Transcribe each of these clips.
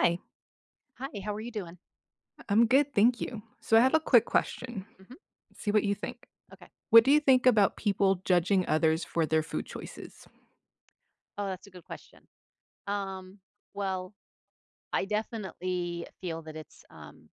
Hi, Hi, how are you doing? I'm good, thank you. So I have a Great. quick question. Mhm. See what you think. Okay. What do you think about people judging others for their food choices? Oh, that's a good question. Um, well, I definitely feel that it's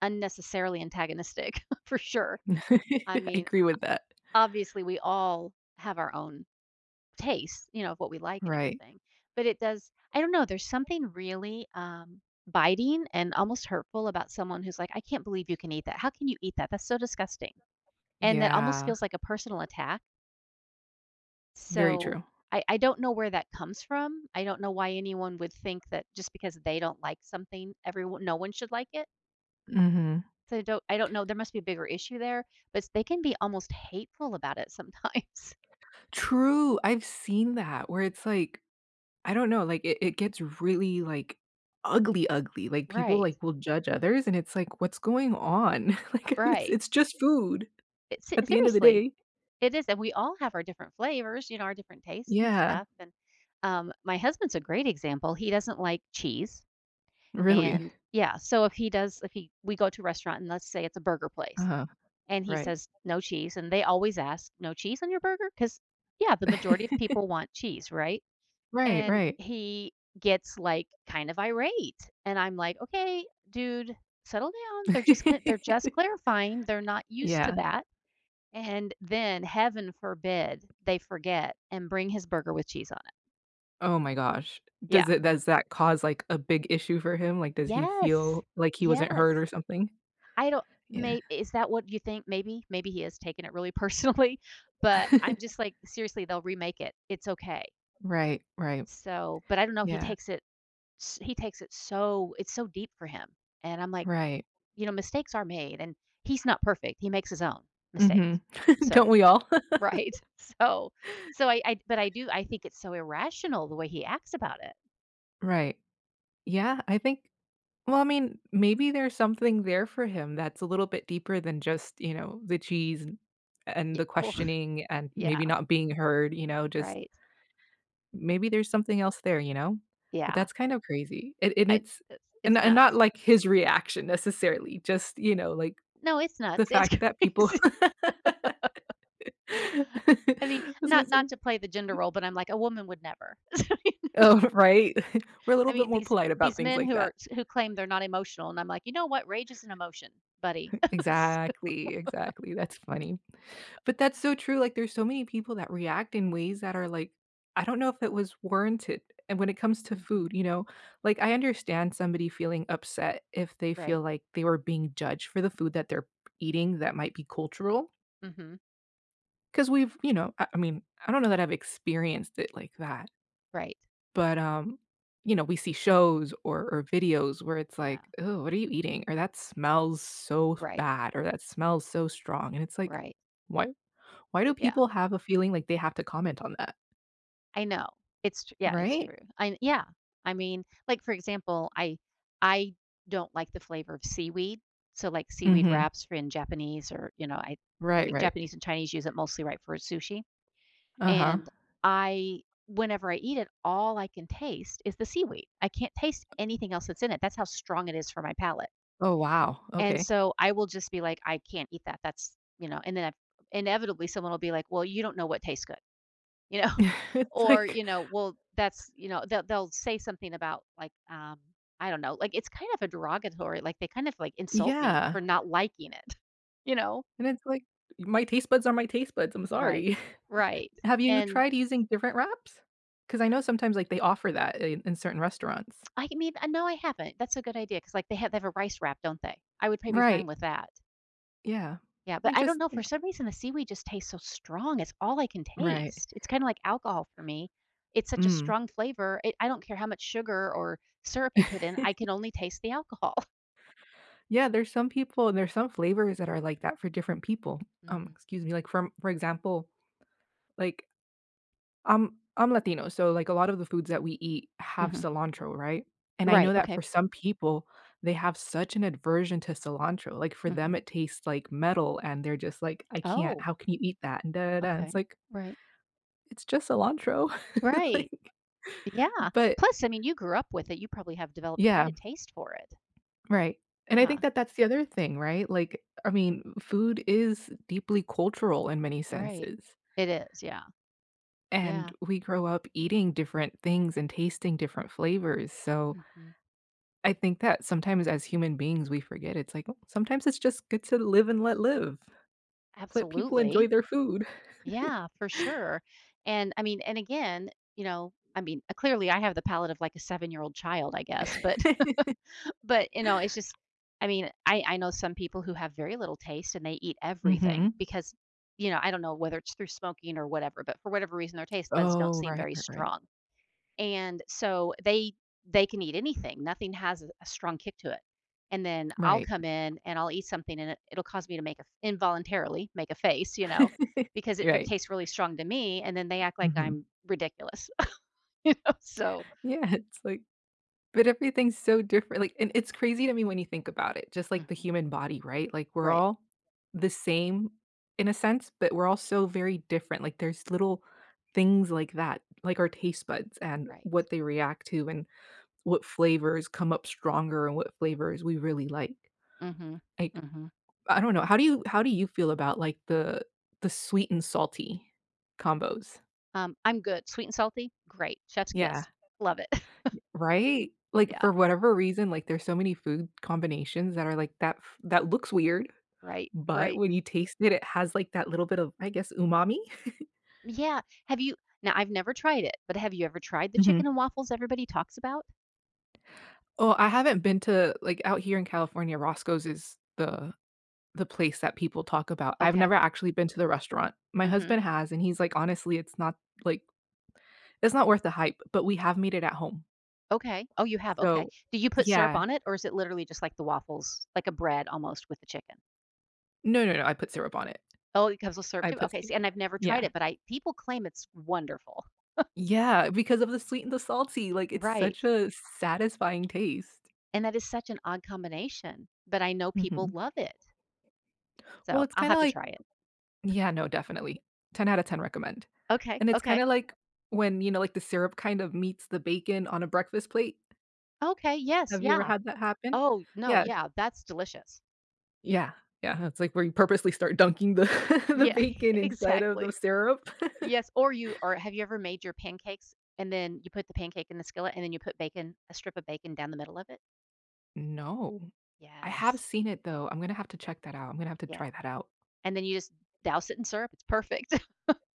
unnecessarily antagonistic for sure. I I mean, agree with that. obviously, we all have our own tastes, of what we like and Right. everything. But it does, I don't know, there's something really biting and almost hurtful about someone who's like, I can't believe you can eat that. How can you eat that? That's so disgusting. And that almost Yeah, feels like a personal attack. very So, true. I don't know where that comes from. I don't know why anyone would think that just because they don't like something, everyone no one should like it. hmm So I don't know, there must be a bigger issue there, but they can be almost hateful about it sometimes. True. I've seen that where it's like, I don't know, like it gets really like ugly, ugly. Like people Right, like will judge others and it's like, what's going on? It's right. Just food It se at the end of the seriously, day. it is, and we all have our different flavors, our different tastes and Yeah, stuff, and, my husband's a great example, he doesn't like cheese, really. and yeah, so if he does if he we go to a restaurant and let's say it's a burger place. Uh-huh. And he Right. says, "No cheese," and they always ask, "No cheese on your burger because, yeah, the majority of people want cheese, right?" Right, And right. he gets, like, kind of irate, and I'm like, "Okay, dude, settle down. They're just c they're just clarifying. They're not used to Yeah. that." And then, heaven forbid, they forget and bring his burger with cheese on it. Oh my gosh. Yeah. Does that cause, like, a big issue for him? Like, does he Yes. feel like he wasn't heard Yes. or something? I don't Yeah. may Is that what you think? Maybe he has taken it really personally, but I'm just like, seriously, they'll remake it. It's okay. Right, right. So, but I don't know, he Yeah, takes it s he takes it so it's so deep for him, and I'm like, right. Mistakes are made, and he's not perfect. He makes his own Mhm. mistakes. So, Don't we all? right. So, so, I but I think it's so irrational the way he acts about it. Right. Yeah, I think well, I mean, maybe there's something there for him that's a little bit deeper than just, you know, the cheese and Yeah. the Well, questioning and yeah, maybe not being heard, you know, just right. maybe there's something else there, you know? But Yeah. that's kind of crazy. I it's, it's And not, nuts. like, his reaction necessarily, just, you know, like, No, it's the nuts. It's fact that people crazy. I I mean, was gonna not say. to play the gender role, but I'm like, a woman would never. So, you kn Oh, right? We're a I little bit mean, more these polite about these things men like that. Who claim they're not emotional, and I'm like, "You know what? Rage is an emotion, buddy." S Exactly, exactly, that's funny. But that's so true, like, there's so many people that react in ways that are, like, I don't know if it was warranted, and when it comes to Mhm. food, you know? Like, I understand somebody feeling upset if they Right. feel like they were being judged for the food that they're eating that might be cultural. Mhm. Because 'cause we've you know, I mean, I don't know that I've experienced it like that, Right. but, you know, we see shows or videos where it's Yeah. like, "Oh, what are you eating?" or "That smells so Right. bad," or "That smells so strong," and it's like, Right. "Why why do Yeah. people have a feeling like they have to comment on that, I know. It's tr Yeah, it's right? true. I Yeah. I mean, like, for example, I don't like the flavor of seaweed. So, like, seaweed Mhm. wraps for in Japanese or, I Right, think right. Japanese and Chinese use it mostly, right, for sushi. Uh-huh. And I whenever I eat it, all I can taste is the seaweed. I can't taste anything else that's in it. That's how strong it is for my palate. Oh, wow. And Okay. so I will just be like, I can't eat that. That's, and then inevitably someone will be like, well, you don't know what tastes good, you know, It's or, like well, they'll say something about like, I don't know, like it's kind of a derogatory, like they kind of like insult me yeah, for not liking it, you know? and it's like, "My taste buds are my taste buds, I'm Right. sorry." Right. Have you And tried using different wraps? Because I know sometimes, like, they offer that in certain restaurants. I mean, no, I haven't. That's a good idea because, like, they have a rice wrap, don't they? I would probably be fine Right. with that. Yeah. I Yeah, but mean, I don't just, know, you for know. some reason, the seaweed just tastes so strong, it's all I can Right. taste. It's kinda like alcohol for me. It's such a Mm. strong flavor, it I don't care how much sugar or syrup you put in, I can only taste the alcohol. Yeah, there's some people and there's some flavors that are like that for different people. Mhm. Excuse me, like, from for example, like, I'm Latino, so, like, a lot of the foods that we eat have Mhm. cilantro, right? And I Right, know that okay. for some people, they have such an aversion to cilantro, like, for them, Mhm. it tastes like metal, and they're just like, "I can't. Oh, How can you eat that?" And da da da, and okay. it's like, Right. "It's just cilantro." Right. Like Yeah. but Plus, I mean, you grew up with it, you probably have developed quite yeah, a taste for it. right. And I Yeah, think that that's the other thing, right? Like, I mean, food is deeply cultural in many right. senses, It is, yeah. Yeah. and we grow up eating different things and tasting different flavors, so Mhm. I think that sometimes as human beings, we forget it's like, oh, sometimes it's just good to live and let live. Let people enjoy Absolutely. their food. Yeah, for sure. And I mean, and again, I mean, clearly I have the palate of like a 7-year-old child, I guess, but but you know, it's just I mean, I know some people who have very little taste and they eat everything Mhm. because, I don't know whether it's through smoking or whatever, but for whatever reason their taste buds don't Oh, seem right, very right, right. strong. And so they can eat anything. Nothing has a strong kick to it. And then I'll Right. come in and I'll eat something and it'll cause me to make a involuntarily make a face, you know, because it Right. tastes really strong to me. And then they act like Mhm. I'm ridiculous, you know. So Yeah, it's like but everything's so different, like and it's crazy to me when you think about it, just like the mhm, human body, right? Like, we're right, all the same in a sense, but we're all so very different, like, there's little things like that, like our taste buds and right. what they react to and what flavors come up stronger and what flavors we really like. Mm-hmm. Like, Mm-hmm. I don't know, how do you feel about, like, the sweet and salty combos? I'm good. Sweet and salty, great. Chef's Yeah. kiss. Love it. Right? Like, Yeah. for whatever reason, like, there's so many food combinations that are like that f that looks weird, Right. but Right. when you taste it, it has, like, that little bit of, I guess, umami? Yeah. Have you Now, I've never tried it, but have you ever tried the Mhm. chicken and waffles everybody talks about? Oh, I haven't been to like, out here in California, Roscoe's is the place that people talk about. I've Okay. never actually been to the restaurant. My hmm husband has, and he's like, "Honestly, it's not, like, it's not worth the hype," but we have made it at home. Okay. Oh, you have, okay. So Do you put syrup yeah. on it, or is it literally just like the waffles, like a bread almost with the chicken? No, no, no, I put syrup on it. Oh, it comes with syrup I too? put Okay, sy see, and I've never tried Yeah. it, but I people claim it's wonderful. Yeah, because of the sweet and the salty, like, it's Right, such a satisfying taste. and that is such an odd combination, but I know people Mhm. love it, Well, so it's I'll kinda have to like try it. yeah, no, definitely. 10 out of 10 recommend. Okay, And it's okay. kinda like when, you know, like, the syrup kind of meets the bacon on a breakfast plate. Okay, yes, Have you ever yeah. had that happen? Oh, no, Yeah. yeah, that's delicious. Yeah. Yeah, it's like where you purposely start dunking the the Yeah, bacon inside of the exactly. syrup. Yes, or you or have you ever made your pancakes and then you put the pancake in the skillet and then you put bacon, a strip of bacon down the middle of it? No. I have Yes. seen it though. I'm gonna have to check that out. I'm gonna have to Yeah. try that out. And then you just douse it in syrup. It's perfect.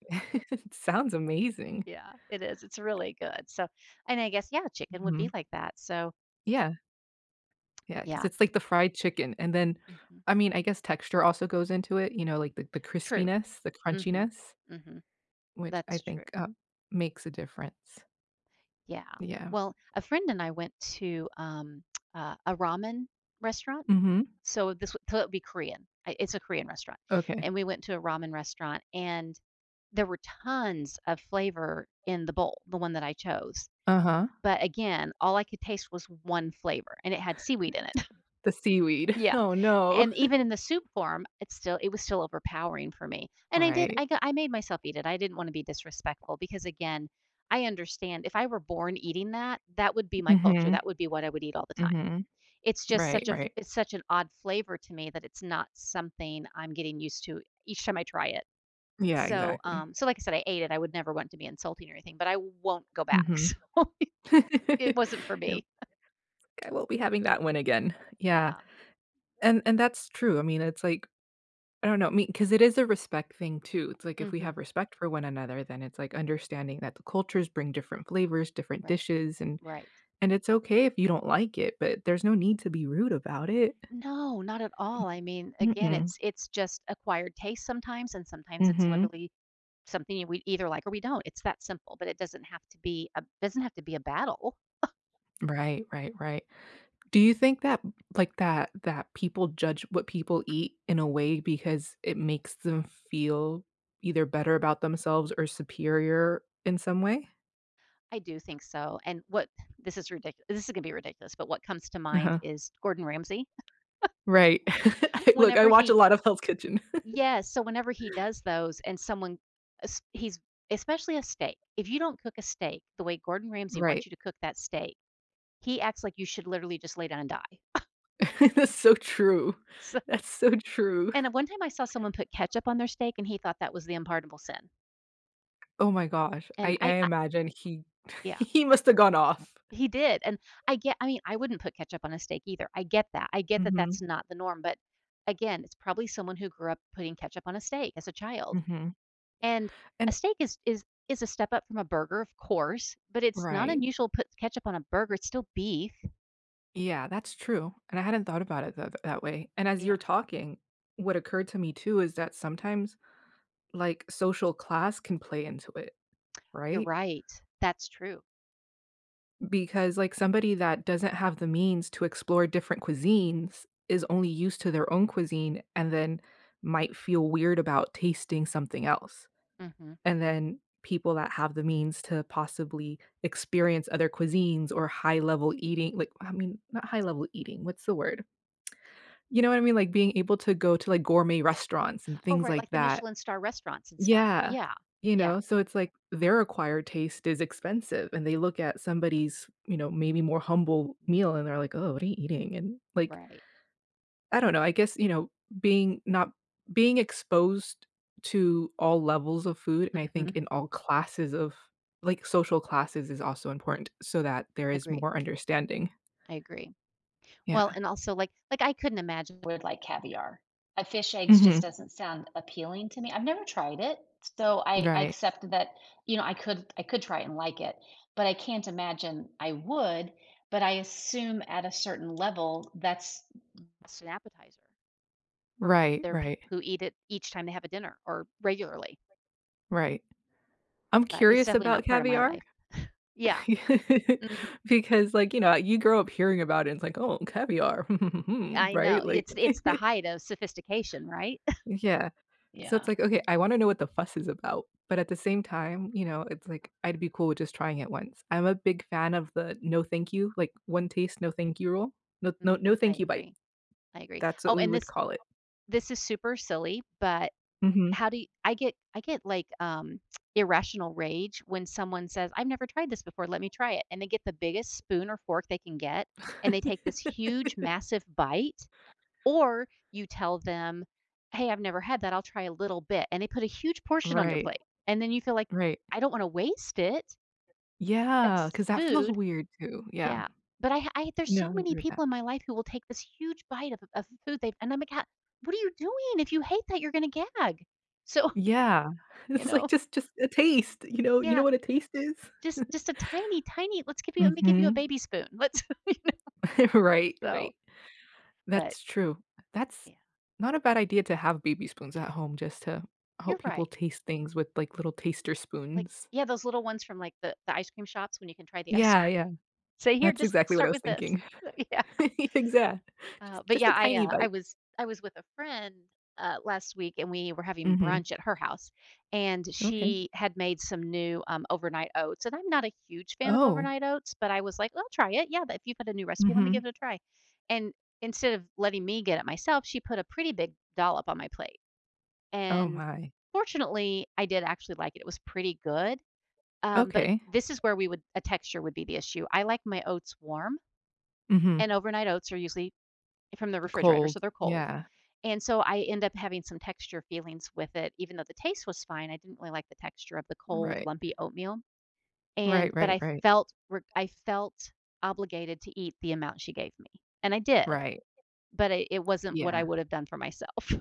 It sounds amazing. Yeah, it is. It's really good. So, and I guess yeah, chicken would be Mhm. like that. So Yeah, yeah, because yeah, it's like the fried chicken, and then hmm I mean, I guess texture also goes into it, you know, like the true. crispiness, the hmm crunchiness, hmm which I That's true. think, makes a difference. Yeah. Yeah. Well, a friend and I went to a ramen restaurant. Mhm. So it would be Korean. It's a Korean restaurant, Okay. and we went to a ramen restaurant, and there were tons of flavor in the bowl, the one that I chose. Uh-huh. But again, all I could taste was one flavor, and it had seaweed in it. The seaweed. Yeah. Oh, no. And even in the soup form, it was still overpowering for me. And Right. I made myself eat it. I didn't wanna be disrespectful because again, I understand if I were born eating that, that would be my culture. Mhm. That would be what I would eat all the time. Mhm. Right, right. It's such an odd flavor to me that it's not something I'm getting used to each time I try it. Yeah, So, exactly. um, so like I said, I ate it. I would never want to be insulting or anything, but I won't go back. Mhm. So it wasn't for You're like, me. "I won't be having that one again." Yeah, Yeah. And that's true. I mean, it's like, I don't know, I mean, because it is a respect thing too. It's like if we Mhm. have respect for one another, then it's like understanding that the cultures bring different flavors, different Right. dishes, Right. and it's okay if you don't like it, but there's no need to be rude about it. No, not at all. I mean, again, Mm-mm. it's just acquired taste sometimes, and sometimes it's Mhm. literally something we either like or we don't. It's that simple, but it doesn't have to be a doesn't have to be a battle. Right, right, right. Do you think that that people judge what people eat in a way because it makes them feel either better about themselves or superior in some way? I do think so. And what this is ridiculous. This is gonna be ridiculous, but what comes to mind Uh-huh. is Gordon Ramsay. Right. I look, I Whenever watch a he, lot of Hell's Kitchen. yes, so whenever he does those, and someone, es- he's especially a steak. If you don't cook a steak the way Gordon Ramsay wants Right. you to cook that steak, he acts like you should literally just lay down and die. That's so true. So. That's so true. And one time I saw someone put ketchup on their steak, and he thought that was the unpardonable sin, Oh my gosh. and I I imagine he yeah, he must have gone off. he did, and I mean, I wouldn't put ketchup on a steak either, I get that Mhm, that's not the norm, but, again, it's probably someone who grew up putting ketchup on a steak as a child, mhm. and And a steak is a step up from a burger, of course, but it's not right. unusual to put ketchup on a burger, it's still beef. Yeah, that's true, and I hadn't thought about it that way, and as Yeah, you're talking, what occurred to me too is that sometimes, like, social class can play into it, you're right? right, that's true, Because, like, somebody that doesn't have the means to explore different cuisines is only used to their own cuisine and then might feel weird about tasting something else, mhm. and then people that have the means to possibly experience other cuisines or high-level eating like, I mean, not high-level eating, what's the word? You know what I mean? Like, being able to go to, like, gourmet restaurants and Oh, things right, like like the that. Michelin star restaurants and stuff. Yeah. Yeah, You yeah. know, so it's like their acquired taste is expensive, and they look at somebody's, you know, maybe more humble Mhm. meal, and they're like, "Oh, what are you eating?" And, like, Right. I don't know, I guess, you know, being not being exposed to all levels of food, and I think Mhm. in all classes of like, social classes is also important so that there is Agree. more understanding. I agree. Yeah. Well, and also like I couldn't imagine with like caviar. A Fish eggs just Mhm. doesn't sound appealing to me. I've never tried it, so I Right. accept that, I could try it and like it, but I can't imagine I would, but I assume at a certain level that's it's an appetizer for Right, there are right, people who eat it each time they have a dinner or regularly, right. I'm but it's curious definitely not about part of my caviar life. Yeah. hmm because, like, you know, you grow up hearing about it, and it's like, "Oh, caviar, hmm, hmm, hmm," I know. right? Like It's the height of sophistication, right? Yeah. So it's yeah. like, okay, I wanna know what the fuss is about, but at the same time, you know, it's like, I'd be cool with just trying it once. I'm a big fan of the "no thank you," like, one taste, no thank you rule. No hmm No thank I you bite. agree. I agree. That's Oh, what we and would this call it. this is super silly, but Mhm. I get like irrational rage when someone says, "I've never tried this before. Let me try it." And they get the biggest spoon or fork they can get, and they take this huge, massive bite. Or you tell them, "Hey, I've never had that. I'll try a little bit," and they put a huge portion on your Right, plate, and then you feel like, right. "I don't want to waste it. That's Because that feels food." weird too. Yeah. Yeah, but I there's No, so I many agree with that. people in my life who will take this huge bite of food they've and I'm like, "Ha what are you doing? If you hate that, you're gonna gag." So, Yeah. you It's like know, just a taste, you know yeah, what a taste is? just a tiny, tiny, Let me give you a Mhm. baby spoon." Let's Right, right. so, but That's true. That's yeah, not a bad idea to have baby spoons at home just to you're help people right. taste things with, like, little taster Like, spoons. yeah, those little ones from, like, the ice cream shops when you can try the ice Yeah, cream. yeah. Say, "Here, That's just exactly what I start was with this." thinking. Yeah. Exact just But a yeah, tiny bite. I was with a friend, last week, and we were having Mhm. brunch at her house, and Okay. she had made some new, overnight oats, and I'm not a huge fan of Oh. overnight oats, but I was like, "Well, I'll try it. Yeah, if you've got a new recipe, let me Mhm. give it a try." And instead of letting me get it myself, she put a pretty big dollop on my plate, Oh and my. fortunately, I did actually like it. It was pretty good, but Okay. this is where we would a texture would be the issue. I like my oats warm, Mhm. and overnight oats are usually from the refrigerator, so Cold. they're cold. Yeah. And so I end up having some texture feelings with it, even though the taste was fine. I didn't really like the texture of the cold, Right. lumpy oatmeal. And Right, but right, right. I felt obligated to eat the amount she gave me, and I did. Right. But it wasn't what I Yeah. would have done for myself.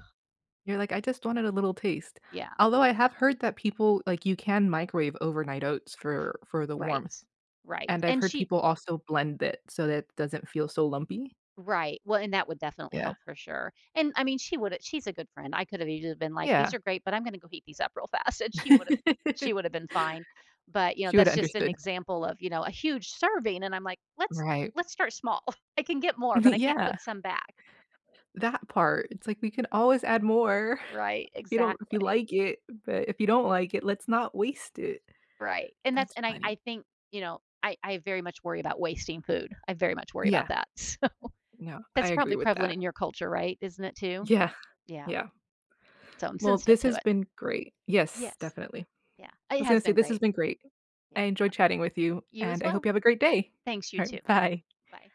You're like, "I just wanted a little taste." Yeah, Although I have heard that people like, you can microwave overnight oats for the warmth, right, right. and I've And heard she. people also blend it so that it doesn't feel so lumpy. Right. Well, and that would definitely Yeah. help for sure. And I mean, she's a good friend. I could have easily been like, these Yeah. are great, but I'm gonna go heat these up real fast. And she would have been fine. But She would've that's just an understood. example of, a huge serving. And I'm like, let's Right. let's start small. I can get more, but I can't Yeah, put some back. that part. It's like, we can always add more Right. if you Exactly. like it, but if you Yeah. don't like it, let's not waste it. Right. And that's That's and I funny. think, I very much worry about wasting food. I very much worry about Yeah. that. So No, I that's agree probably with prevalent that. in your culture, right? Isn't it too? Yeah, Yeah. yeah. So I'm Well, sensitive this to has it. been great. Yes, Yes. definitely. Yeah, it Was has gonna say, been this has great. been great. Yeah. I Uh, enjoyed chatting with you, You as and I hope well. you have a great day. Thanks, you All too. right, bye. Bye.